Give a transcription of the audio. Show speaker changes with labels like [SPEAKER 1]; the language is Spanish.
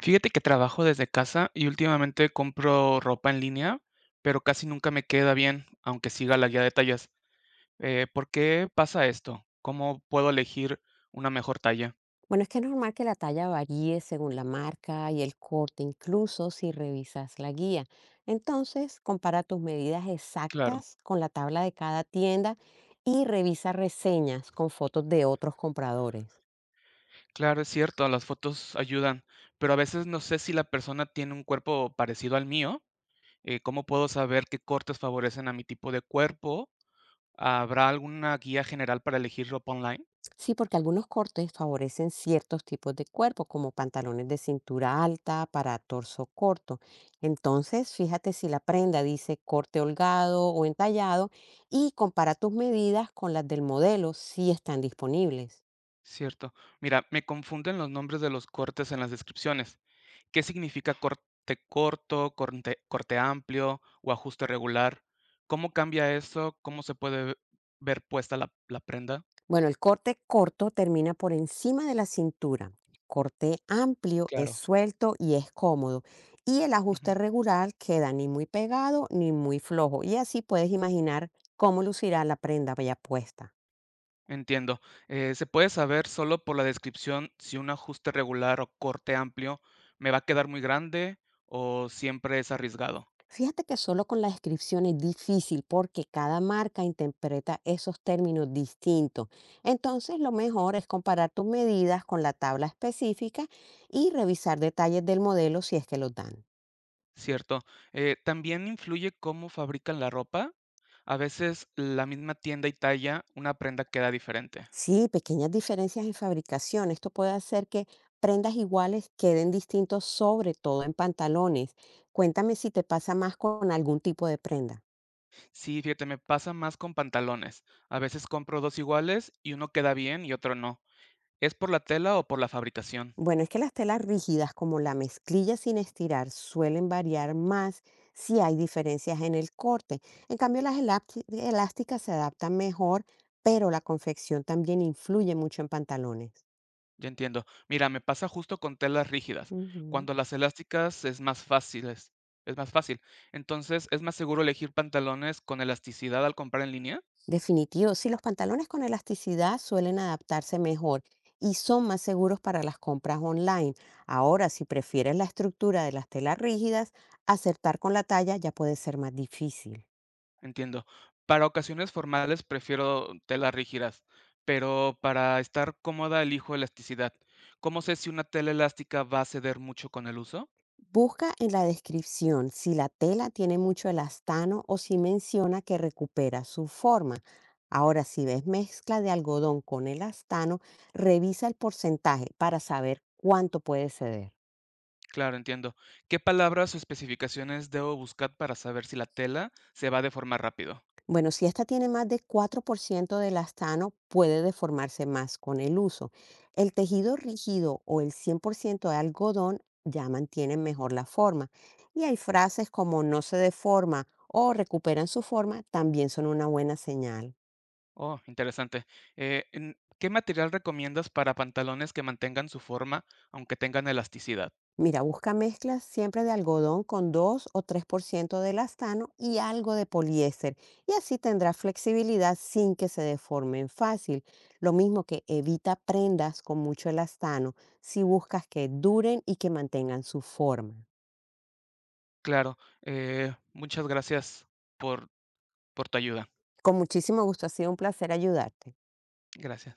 [SPEAKER 1] Fíjate que trabajo desde casa y últimamente compro ropa en línea, pero casi nunca me queda bien, aunque siga la guía de tallas. ¿Por qué pasa esto? ¿Cómo puedo elegir una mejor talla?
[SPEAKER 2] Bueno, es que es normal que la talla varíe según la marca y el corte, incluso si revisas la guía. Entonces, compara tus medidas
[SPEAKER 1] Claro,
[SPEAKER 2] exactas con la tabla de cada tienda y revisa reseñas con fotos de otros compradores.
[SPEAKER 1] claro, es cierto, las fotos ayudan, pero a veces no sé si la persona tiene un cuerpo parecido al mío. ¿Cómo puedo saber qué cortes favorecen a mi tipo de cuerpo? ¿Habrá alguna guía general para elegir ropa online?
[SPEAKER 2] Sí, porque algunos cortes favorecen ciertos tipos de cuerpo, como pantalones de cintura alta para torso corto. Entonces, fíjate si la prenda dice corte holgado o entallado y compara tus medidas con las del modelo si están disponibles.
[SPEAKER 1] Cierto. Mira, me confunden los nombres de los cortes en las descripciones. ¿Qué significa corte corto, corte amplio o ajuste regular? ¿Cómo cambia eso? ¿Cómo se puede ver puesta la prenda?
[SPEAKER 2] Bueno, el corte corto termina por encima de la cintura. Corte amplio es
[SPEAKER 1] Claro.
[SPEAKER 2] suelto y es cómodo. Y el
[SPEAKER 1] Ujú.
[SPEAKER 2] ajuste regular queda ni muy pegado ni muy flojo. Y así puedes imaginar cómo lucirá la prenda ya puesta.
[SPEAKER 1] Entiendo. ¿Se puede saber solo por la descripción si un ajuste regular o corte amplio me va a quedar muy grande o siempre es arriesgado,
[SPEAKER 2] Fíjate que solo con la descripción es difícil porque cada marca interpreta esos términos distintos. Entonces, lo mejor es comparar tus medidas con la tabla específica y revisar detalles del modelo si es que los dan.
[SPEAKER 1] cierto? También influye cómo fabrican la ropa. A veces la misma tienda y talla, una prenda queda diferente.
[SPEAKER 2] Sí, pequeñas diferencias en fabricación. Esto puede hacer que prendas iguales queden distintos, sobre todo en pantalones. Cuéntame si te pasa más con algún tipo de prenda.
[SPEAKER 1] Sí, fíjate, me pasa más con pantalones. A veces compro dos iguales y uno queda bien y otro no. ¿Es por la tela o por la fabricación?
[SPEAKER 2] Bueno, es que las telas rígidas como la mezclilla sin estirar suelen variar más si hay diferencias en el corte. En cambio, las elásticas se adaptan mejor, pero la confección también influye mucho en pantalones.
[SPEAKER 1] Ya entiendo. Mira, me pasa justo con telas rígidas.
[SPEAKER 2] Ujú.
[SPEAKER 1] Cuando las elásticas es más fácil, es más fácil. Entonces, ¿es más seguro elegir pantalones con elasticidad al comprar en línea?
[SPEAKER 2] Definitivo, sí, los pantalones con elasticidad suelen adaptarse mejor y son más seguros para las compras online. Ahora, si prefieres la estructura de las telas rígidas, acertar con la talla ya puede ser más difícil.
[SPEAKER 1] Entiendo. Para ocasiones formales prefiero telas rígidas, pero para estar cómoda elijo elasticidad. ¿Cómo sé si una tela elástica va a ceder mucho con el uso?
[SPEAKER 2] Busca en la descripción si la tela tiene mucho elastano o si menciona que recupera su forma. Ahora, si ves mezcla de algodón con elastano, revisa el porcentaje para saber cuánto puede ceder.
[SPEAKER 1] Claro, entiendo. ¿Qué palabras o especificaciones debo buscar para saber si la tela se va a deformar rápido?
[SPEAKER 2] Bueno, si esta tiene más de 4% de elastano, puede deformarse más con el uso. El tejido rígido o el 100% de algodón ya mantienen mejor la forma. Y hay frases como no se deforma o recuperan su forma, también son una buena señal.
[SPEAKER 1] Oh, interesante. ¿Qué material recomiendas para pantalones que mantengan su forma, aunque tengan elasticidad?
[SPEAKER 2] Mira, busca mezclas siempre de algodón con 2 o 3% de elastano y algo de poliéster, y así tendrás flexibilidad sin que se deformen fácil. Lo mismo que evita prendas con mucho elastano si buscas que duren y que mantengan su forma.
[SPEAKER 1] Claro, muchas gracias por, por tu ayuda.
[SPEAKER 2] Con muchísimo gusto, ha sido un placer ayudarte.
[SPEAKER 1] Gracias.